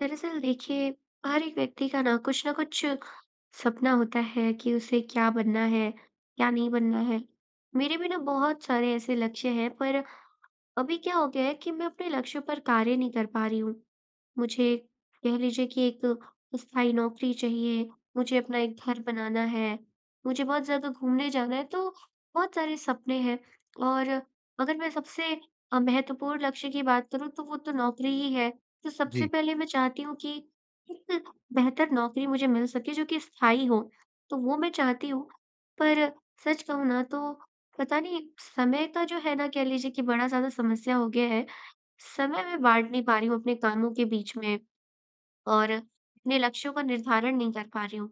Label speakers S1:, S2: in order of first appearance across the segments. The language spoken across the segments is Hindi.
S1: दरअसल देखिए, हर एक व्यक्ति का ना कुछ सपना होता है कि उसे क्या बनना है, क्या नहीं बनना है। मेरे भी ना बहुत सारे ऐसे लक्ष्य हैं पर अभी क्या हो गया है कि मैं अपने लक्ष्य पर कार्य नहीं कर पा रही हूँ। मुझे कह लीजिए कि एक स्थायी नौकरी चाहिए, मुझे अपना एक घर बनाना है, मुझे बहुत ज़्यादा घूमने जाना है, तो बहुत सारे सपने हैं। और अगर मैं सबसे महत्वपूर्ण लक्ष्य की बात करूँ तो वो तो नौकरी ही है। तो सबसे
S2: जी।
S1: पहले मैं चाहती हूँ कि एक बेहतर नौकरी मुझे मिल सके जो कि स्थायी हो, तो वो मैं चाहती हूँ। पर सच कहूँ ना तो पता नहीं समय का जो है ना, कह लीजिए कि बड़ा ज़्यादा समस्या हो गया है। समय मैं बाँट नहीं पा रही हूँ अपने कामों के बीच में और अपने लक्ष्यों का निर्धारण नहीं कर पा रही हूँ।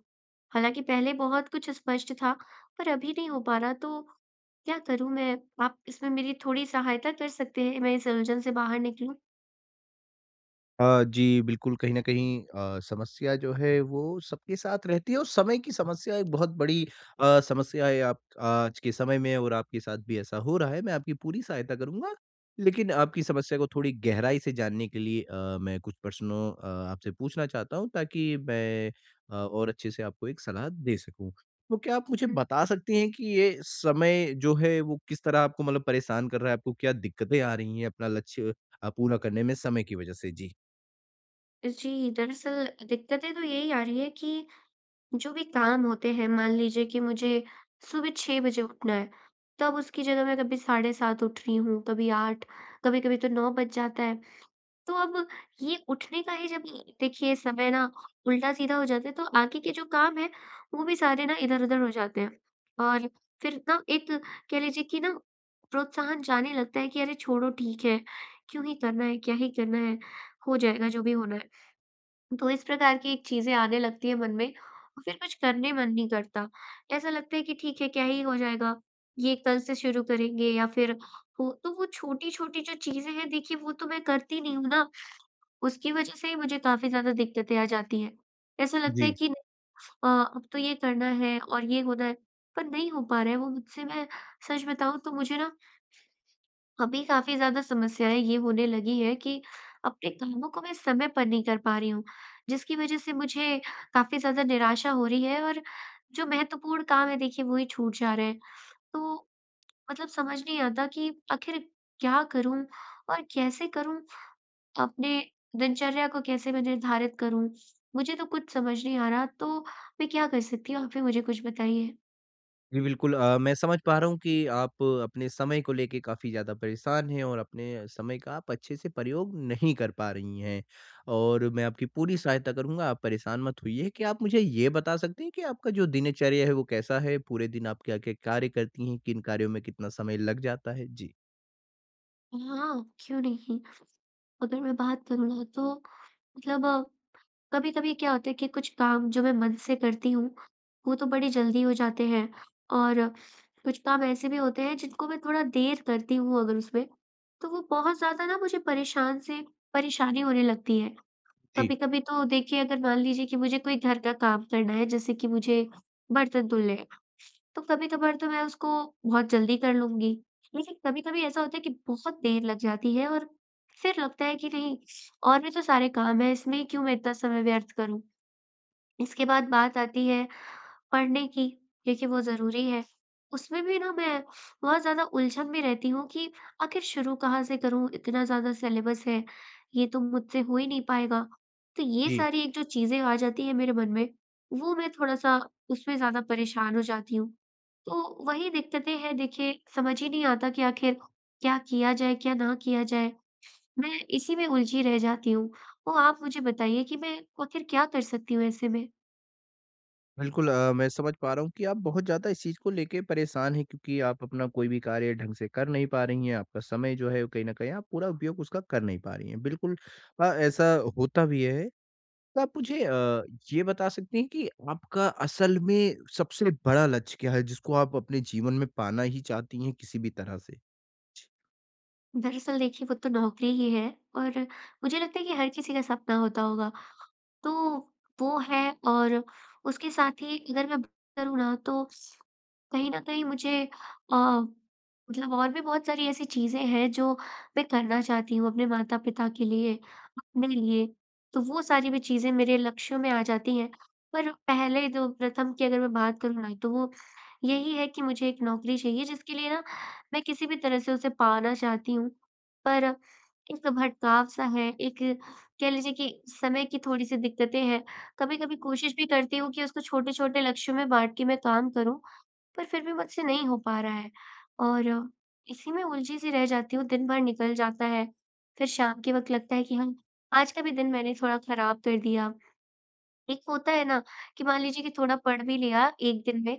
S1: हालाँकि पहले बहुत कुछ स्पष्ट था, पर अभी नहीं हो पा रहा, तो क्या करूँ मैं? आप इसमें मेरी थोड़ी सहायता कर सकते हैं, मैं इस उलझन से बाहर निकलूँ?
S2: जी, बिल्कुल, कहीं न कहीं समस्या जो है वो सबके साथ रहती है और समय की समस्या एक बहुत बड़ी समस्या है आप आज के समय में और आपके साथ भी ऐसा हो रहा है, मैं आपकी पूरी सहायता करूँगा। लेकिन आपकी समस्या को थोड़ी गहराई से जानने के लिए मैं कुछ प्रश्नों आपसे पूछना चाहता हूँ ताकि मैं और अच्छे से आपको एक सलाह दे सकूँ। तो क्या आप मुझे
S1: हुँ।
S2: बता सकती हैं कि ये समय जो है वो किस तरह आपको मतलब परेशान कर रहा है? आपको क्या दिक्कतें आ रही हैं अपना लक्ष्य पूरा करने में समय की वज़ह से? जी।
S1: जी, दरअसल दिक्कतें तो यही आ रही है कि जो भी काम होते हैं, मान लीजिए कि मुझे सुबह 6 बजे उठना है, तब उसकी जगह मैं कभी साढ़े 7 उठ रही हूँ, कभी 8, कभी-कभी तो 9 बज जाता है। तो अब ये उठने का ही जब, देखिए, समय ना उल्टा-सीधा हो जाता है, तो आगे के जो काम हैं, वो भी सारे ना इधर-उधर हो जाते हैं। और फिर ना एक, कह लीजिए कि ना, प्रोत्साहन जाने लगता है कि अरे छोड़ो ठीक है, क्यों ही करना है, क्या ही करना है, हो जाएगा जो भी होना है। तो इस प्रकार की एक चीज़ें आने लगती हैं मन में और फिर कुछ करने मन नहीं करता। ऐसा लगता है कि ठीक है, क्या ही हो जाएगा, ये कल से शुरू करेंगे या फिर वो, तो वो छोटी-छोटी जो चीज़ें हैं, देखिए, वो तो मैं करती नहीं हूँ ना, उसकी वज़ह से ही मुझे काफ़ी ज़्यादा दिक्कतें आ जाती हैं। ऐसा लगता
S2: जी।
S1: है कि अब तो ये करना है और ये होना है, पर नहीं हो पा रहा है वो मुझसे। मैं सच बताऊँ तो मुझे ना अभी काफ़ी ज़्यादा समस्याएँ ये होने लगी हैं कि अपने कामों को मैं समय पर नहीं कर पा रही हूँ, जिसकी वज़ह से मुझे काफ़ी ज़्यादा निराशा हो रही है और जो महत्वपूर्ण काम है, देखिए, वो ही छूट जा रहे हैं। तो मतलब समझ नहीं आता कि आखिर क्या करूँ और कैसे करूँ? अपने दिनचर्या को कैसे मैं निर्धारित करूँ? मुझे तो कुछ समझ नहीं आ रहा, तो मैं क्या कर सकती हूँ? आप ही मुझे कुछ बताइए।
S2: जी, बिल्कुल मैं समझ पा रहा हूँ कि आप अपने समय को लेके काफ़ी ज़्यादा परेशान हैं और अपने समय का आप अच्छे से प्रयोग नहीं कर पा रही हैं। और मैं आपकी पूरी सहायता करूँगा, आप परेशान मत होइए। क्या आप मुझे ये बता सकती हैं कि आपका जो दिनचर्या है वो कैसा है? पूरे दिन आप क्या-क्या कार्य करती हैं? किन कार्यों में कितना समय लग जाता है? जी।
S1: हाँ, क्यों नहीं? अगर मैं बात करूँ ना, तो मतलब, कभी-कभी क्या होता है कि कुछ काम जो मैं मन से करती हूँ, वो तो बड़ी जल्दी हो जाते हैं और कुछ काम ऐसे भी होते हैं जिनको मैं थोड़ा देर करती हूँ अगर उसमें, तो वो बहुत ज़्यादा ना मुझे परेशानी होने लगती है।
S2: जी,
S1: कभी-कभी तो, देखिए, अगर मान लीजिए कि मुझे कोई घर का काम करना है, जैसे कि मुझे बर्तन धुलने हैं, तो कभी-कभार तो मैं उसको बहुत जल्दी कर लूँगी। लेकिन कभी-कभी ऐसा होता है कि बहुत देर लग जाती है और फिर लगता है कि नहीं, और भी तो सारे काम हैं, इसमें क्यों मैं इतना समय व्यर्थ करूँ। इसके बाद बात आती है पढ़ने की, क्योंकि वो ज़रूरी है। उसमें भी ना मैं बहुत ज़्यादा उलझन में रहती हूँ कि आखिर शुरू कहाँ से करूँ? इतना ज़्यादा सिलेबस है, ये तो मुझसे हो ही नहीं पाएगा। तो ये
S2: जी।
S1: सारी एक जो चीज़ें आ जाती हैं मेरे मन में, वो मैं थोड़ा-सा उसमें ज़्यादा परेशान हो जाती हूँ। तो वही दिक्कतें हैं, देखिए, समझ ही नहीं आता कि आखिर क्या किया जाए, क्या ना किया जाए? मैं इसी में उलझी रह जाती हूँ। तो आप मुझे बताइए कि मैं आखिर क्या कर सकती हूँ ऐसे में?
S2: बिल्कुल मैं समझ पा रहा हूँ कि आप बहुत ज़्यादा इस चीज़ को लेके परेशान हैं क्योंकि आप अपना कोई भी कार्य ढंग से कर नहीं पा रही हैं। आपका समय जो है वो कहीं न कहीं आप पूरा उपयोग उसका कर नहीं पा रही हैं। बिल्कुल ऐसा होता भी है। तो आप मुझे ये बता सकती हैं कि आपका असल में सबसे बड़ा लक्ष्य क्या है जिसको आप अपने जीवन में पाना ही चाहती हैं किसी भी तरह से?
S1: दरअसल, देखिए, वो तो नौकरी ही है और मुझे लगता है कि हर किसी का सपना होता होगा, तो वो है। और उसके साथ ही अगर मैं बात करूँ ना, तो कहीं न कहीं मुझे अ, मतलब, और भी बहुत सारी ऐसी चीज़ें हैं जो मैं करना चाहती हूँ अपने माता-पिता के लिए, अपने लिए, तो वो सारी भी चीज़ें मेरे लक्ष्यों में आ जाती हैं। पर पहले जो प्रथम की अगर मैं बात करूँ ना, तो वो यही है कि मुझे एक नौकरी चाहिए, जिसके लिए ना मैं किसी भी तरह से उसे पाना चाहती हूँ। पर एक भटकाव-सा है, एक, कह लीजिए कि, समय की थोड़ी-सी दिक्कतें हैं। कभी-कभी कोशिश भी करती हूँ कि उसको छोटे-छोटे लक्ष्यों में बाँट के मैं काम करूँ, पर फिर भी मुझसे नहीं हो पा रहा है और इसी में उलझी सी रह जाती हूँ, दिन भर निकल जाता है। फिर शाम के वक़्त लगता है कि हाँ, आज का भी दिन मैंने थोड़ा खराब कर दिया। एक होता है ना कि, मान लीजिए कि, थोड़ा पढ़ भी लिया एक दिन में,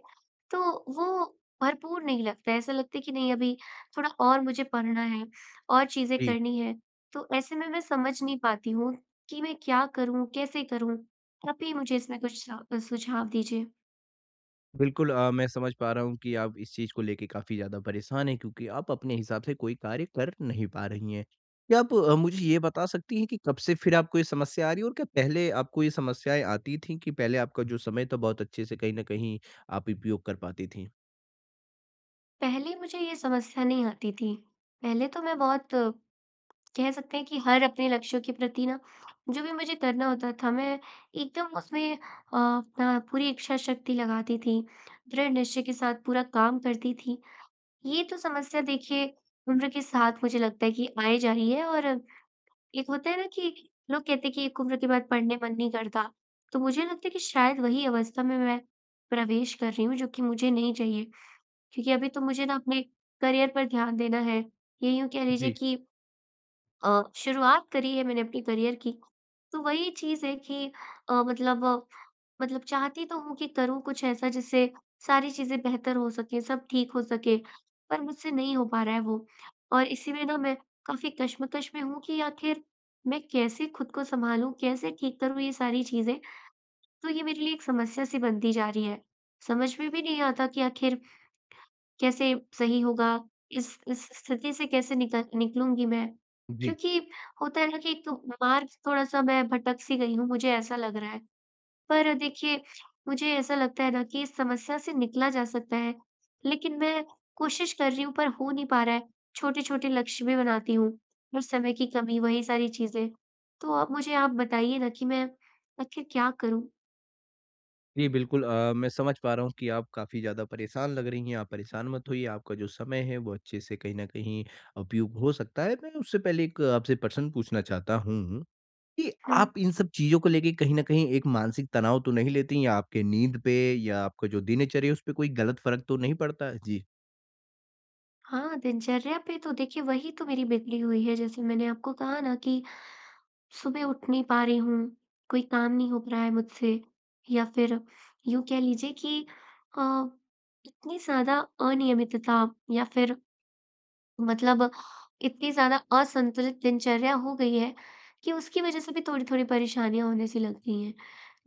S1: तो वो भरपूर नहीं लगता है, ऐसा लगता है कि नहीं, अभी थोड़ा और मुझे पढ़ना है, और चीज़ें
S2: जी।
S1: करनी है। तो ऐसे में मैं समझ नहीं पाती हूँ कि मैं क्या करूँ, कैसे करूँ? आप ही मुझे इसमें कुछ सा सुझाव दीजिए।
S2: बिल्कुल मैं समझ पा रहा हूँ कि आप इस चीज़ को लेके काफ़ी ज़्यादा परेशान हैं क्योंकि आप अपने हिसाब से कोई कार्य कर नहीं पा रही हैं। क्या आप मुझे ये बता सकती हैं कि कब से फिर आपको ये समस्या आ रही है और क्या पहले आपको ये समस्याएँ आती थीं कि पहले आपका जो समय था बहुत अच्छे से कहीं न कहीं आप उपयोग कर पाती थीं?
S1: पहले मुझे ये समस्या नहीं आती थी। पहले तो मैं बहुत कह सकते हैं कि हर अपने लक्ष्यों के प्रति ना, जो भी मुझे करना होता था, मैं एकदम उसमें अपना पूरी इच्छा शक्ति लगाती थी। दृढ़ निश्चय के साथ पूरा काम करती थी। ये तो समस्या, देखिए, उम्र के साथ मुझे लगता है कि आए जा रही है और एक होता है ना कि लोग कहते हैं कि एक उम्र के बाद पढ़ने मन नहीं करता। तो मुझे लगता है कि शायद वही अवस्था में मैं प्रवेश कर रही हूँ, जो कि मुझे नहीं चाहिए। क्योंकि अभी तो मुझे ना अपने करियर पर ध्यान देना है। ये यूँ कह लीजिए
S2: जी,
S1: कि शुरुआत करी है मैंने अपने करियर की, तो वही चीज़ है कि अ, मतलब मतलब चाहती तो हूँ कि करूँ कुछ ऐसा जिससे सारी चीज़ें बेहतर हो सकें, सब ठीक हो सके, पर मुझसे नहीं हो पा रहा है वो। और इसी में ना मैं काफ़ी कशमकश में हूँ कि आखिर मैं कैसे खुद को सँभालूँ, कैसे ठीक करूँ ये सारी चीज़ें? तो ये मेरे लिए एक समस्या सी बनती जा रही है। समझ में भी नहीं आता कि आखिर कैसे सही होगा? इस स्थिति से कैसे निकलूँगी मैं?
S2: जी।
S1: क्योंकि होता है ना कि एक मार्ग थोड़ा-सा मैं भटक-सी गई हूँ, मुझे ऐसा लग रहा है। पर देखिए, मुझे ऐसा लगता है ना कि इस समस्या से निकला जा सकता है, लेकिन मैं कोशिश कर रही हूँ पर हो नहीं पा रहा है। छोटे-छोटे लक्ष्य भी बनाती हूँ, पर समय की कमी, वही सारी चीज़ें। तो अब मुझे आप बताइए ना कि मैं आखिर क्या करूँ?
S2: जी, बिल्कुल मैं समझ पा रहा हूँ कि आप काफ़ी ज़्यादा परेशान लग रही हैं। आप परेशान मत होइए, आपका जो समय है वो अच्छे से कहीं न कहीं उपयोग हो सकता है। मैं उससे पहले एक आपसे प्रश्न पूछना चाहता हूँ। कि
S1: हुँ।
S2: आप इन सब चीज़ों को लेके कहीं न कहीं एक मानसिक तनाव तो नहीं लेती हैं? या आपके नींद पे या आपका जो दिनचर्या है, उस पे कोई गलत फ़र्क तो नहीं पड़ता? जी।
S1: हाँ, दिनचर्या पे तो, देखिए, वही तो मेरी बिगड़ी हुई है, जैसे मैंने आपको कहा ना कि सुबह उठ नहीं पा रही हूँ, कोई काम नहीं हो रहा है मुझसे, या फिर यूँ कह लीजिए कि अ, इतनी ज़्यादा अनियमितता, या फिर मतलब इतनी ज़्यादा असंतुलित दिनचर्या हो गई है कि उसकी वजह से भी थोड़ी-थोड़ी परेशानियाँ होने सी लग गई हैं,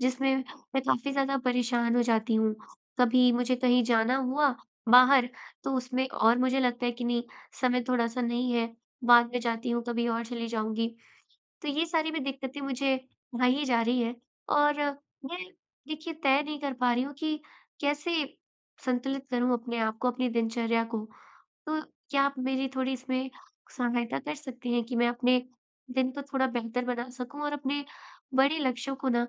S1: जिसमें मैं काफ़ी ज़्यादा परेशान हो जाती हूँ। कभी मुझे कहीं जाना हुआ बाहर, तो उसमें और मुझे लगता है कि नहीं, समय थोड़ा-सा नहीं है, बाद में जाती हूँ, कभी और चली जाऊँगी। तो ये सारी भी दिक्कतें मुझे ढाई जा रही हैं और मैं, देखिए, तय नहीं कर पा रही हूँ कि कैसे संतुलित करूँ अपने आप को, अपनी दिनचर्या को। तो क्या आप मेरी थोड़ी इसमें सहायता कर सकते हैं कि मैं अपने दिन को थोड़ा बेहतर बना सकूं और अपने बड़े लक्ष्यों को ना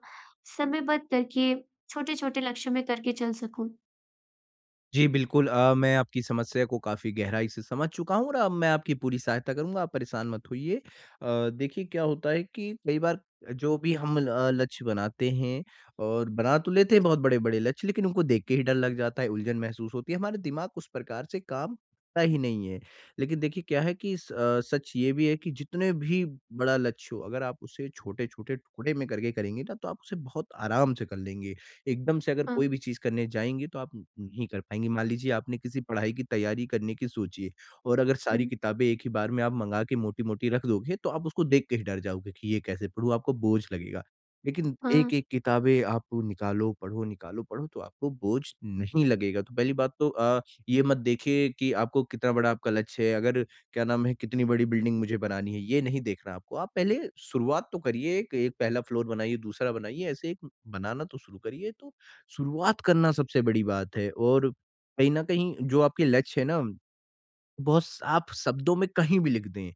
S1: समयबद्ध करके छोटे-छोटे लक्ष्यों में करके चल सकूं?
S2: जी, बिल्कुल मैं आपकी समस्या को काफ़ी गहराई से समझ चुका हूँ और अब मैं आपकी पूरी सहायता करूँगा, आप परेशान मत होइए। देखिए क्या होता है कि कई बार जो भी हम लक्ष्य बनाते हैं और बना तो लेते हैं बहुत बड़े-बड़े लक्ष्य, लेकिन उनको देख के ही डर लग जाता है, उलझन महसूस होती है, हमारा दिमाग उस प्रकार से काम करता ही नहीं है। लेकिन देखिए क्या है कि सच ये भी है कि जितने भी बड़ा लक्ष्य हो, अगर आप उसे छोटे-छोटे टुकड़े में करके करेंगे ना, तो आप उसे बहुत आराम से कर लेंगे। एकदम से अगर
S1: हाँ।
S2: कोई भी चीज़ करने जाएँगे तो आप नहीं कर पाएँगे। मान लीजिए आपने किसी पढ़ाई की तैयारी करने की सोची है और अगर सारी
S1: हुँ।
S2: किताबें एक ही बार में आप मँगा के मोटी-मोटी रख दोगे तो आप उसको देख के ही डर जाओगे कि ये कैसे पढूँ, आपको बोझ लगेगा। लेकिन
S1: हाँ।
S2: एक-एक किताबें आप निकालो, पढ़ो तो आपको बोझ नहीं लगेगा। तो पहली बात तो ये मत देखिए कि आपको कितना बड़ा आपका लक्ष्य है। अगर क्या नाम है, कितनी बड़ी बिल्डिंग मुझे बनानी है, ये नहीं देखना आपको। आप पहले शुरुआत तो करिए, एक एक पहला फ्लोर बनाइए, दूसरा बनाइए, ऐसे एक बनाना तो शुरू करिए। तो शुरुआत करना सबसे बड़ी बात है और कहीं न कहीं जो आपके लक्ष्य है ना बहुत स आप शब्दों में कहीं भी लिख दें।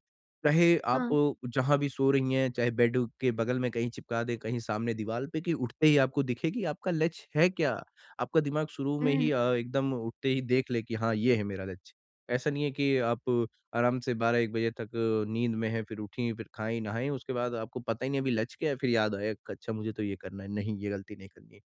S2: चाहे आप
S1: हाँ।
S2: जहाँ भी सो रही हैं, चाहे बेड के बगल में कहीं चिपका दें, कहीं सामने दीवाल पे कि उठते ही आपको दिखे कि आपका लक्ष्य है क्या? आपका दिमाग शुरू में ही
S1: हुँ।
S2: एकदम उठते ही देख ले कि हाँ, ये है मेरा लक्ष्य। ऐसा नहीं है कि आप आराम से 12-1 बजे तक नींद में हैं, फिर उठी, फिर खाई, नहाई, उसके बाद आपको पता ही नहीं अभी लक्ष्य क्या है, फिर याद आया, "अच्छा मुझे तो ये करना है, नहीं ये गलती नहीं करनी है।"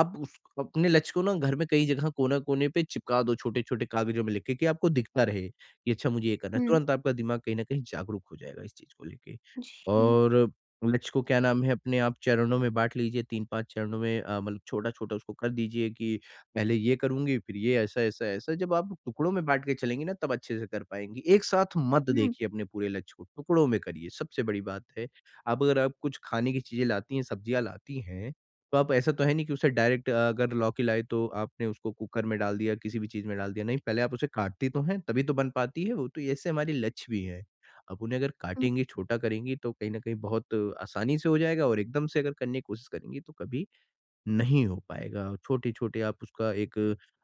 S2: आप उस अपने लक्ष्य को ना घर में कई जगह कोना-कोने पे चिपका दो छोटे-छोटे कागज़ों में लिख के कि आपको दिखता रहे, कि अच्छा मुझे ये करना है।
S1: हुँ।
S2: तुरंत आपका दिमाग कहीं न कहीं जागरूक हो जाएगा इस चीज़ को लेके।
S1: जी।
S2: और लक्ष्य को क्या नाम है अपने आप चरणों में बाँट लीजिए 3-5 चरणों में मतलब छोटा-छोटा उसको कर दीजिए कि पहले ये करूँगी, फिर ये ऐसा, ऐसा, ऐसा। जब आप टुकड़ों में बाँट के चलेंगी ना तब अच्छे से कर पाएँगी। एक साथ मत
S1: हुँ।
S2: देखिए अपने पूरे लक्ष्य को, टुकड़ों में करिए सबसे बड़ी बात है। आप अगर आप कुछ खाने की चीज़ें लाती हैं, सब्जियाँ लाती हैं तो आप ऐसा तो है नहीं कि उसे डायरेक्ट अगर लौकी लाए तो आपने उसको कुकर में डाल दिया, किसी भी चीज़ में डाल दिया, नहीं पहले आप उसे काटती तो हैं, तभी तो बन पाती है वो, तो ऐसे हमारी लच भी है। अब उन्हें अगर
S1: हुँ।
S2: काटेंगी, छोटा करेंगी तो कहीं न कहीं बहुत आसानी से हो जाएगा और एकदम से अगर करने की कोशिश करेंगी तो कभी नहीं हो पाएगा। छोटे-छोटे आप उसका एक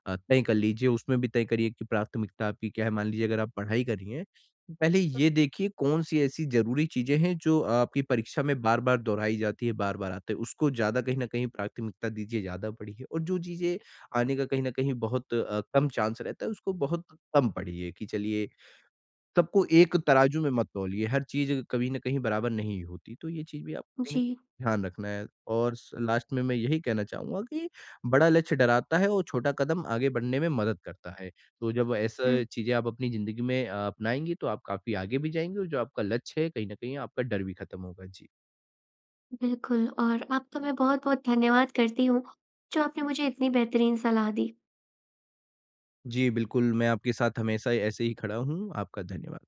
S2: तय कर लीजिए, उसमें भी तय करिए कि प्राथमिकता आपकी क्या है। मान लीजिए अगर आप पढ़ाई कर रही हैं, तो पहले ये देखिए कौन-सी ऐसी ज़रूरी चीज़ें हैं जो आपकी परीक्षा में बार-बार दोहराई जाती है, बार-बार आते हैं। उसको ज़्यादा कहीं न कहीं प्राथमिकता दीजिए, ज़्यादा पढ़िए और जो चीज़ें आने का कहीं न कहीं बहुत कम चांस रहता है उसको बहुत कम पढ़िए कि चलिए सबको एक तराजू में मत तौलिए, हर चीज़ कभी न कहीं बराबर नहीं होती, तो ये चीज़ भी आपको कहीं न
S1: जी।
S2: कहीं ध्यान रखना है। और स लास्ट में मैं यही कहना चाहूँगा कि बड़ा लक्ष्य डराता है और छोटा कदम आगे बढ़ने में मदद करता है। तो जब ऐसा
S1: हुँ।
S2: चीज़ें आप अपनी ज़िंदगी में अपनाएँगी तो आप काफ़ी आगे भी जाएँगे और जो आपका लक्ष्य है, कहीं न कहीं आपका डर भी खत्म होगा। जी।
S1: बिल्कुल। और आपका मैं बहुत-बहुत धन्यवाद करती हूँ, जो आपने मुझे इतनी बेहतरीन सलाह दी।
S2: जी, बिल्कुल, मैं आपके साथ हमेशा ऐसे ही खड़ा हूँ। आपका धन्यवाद।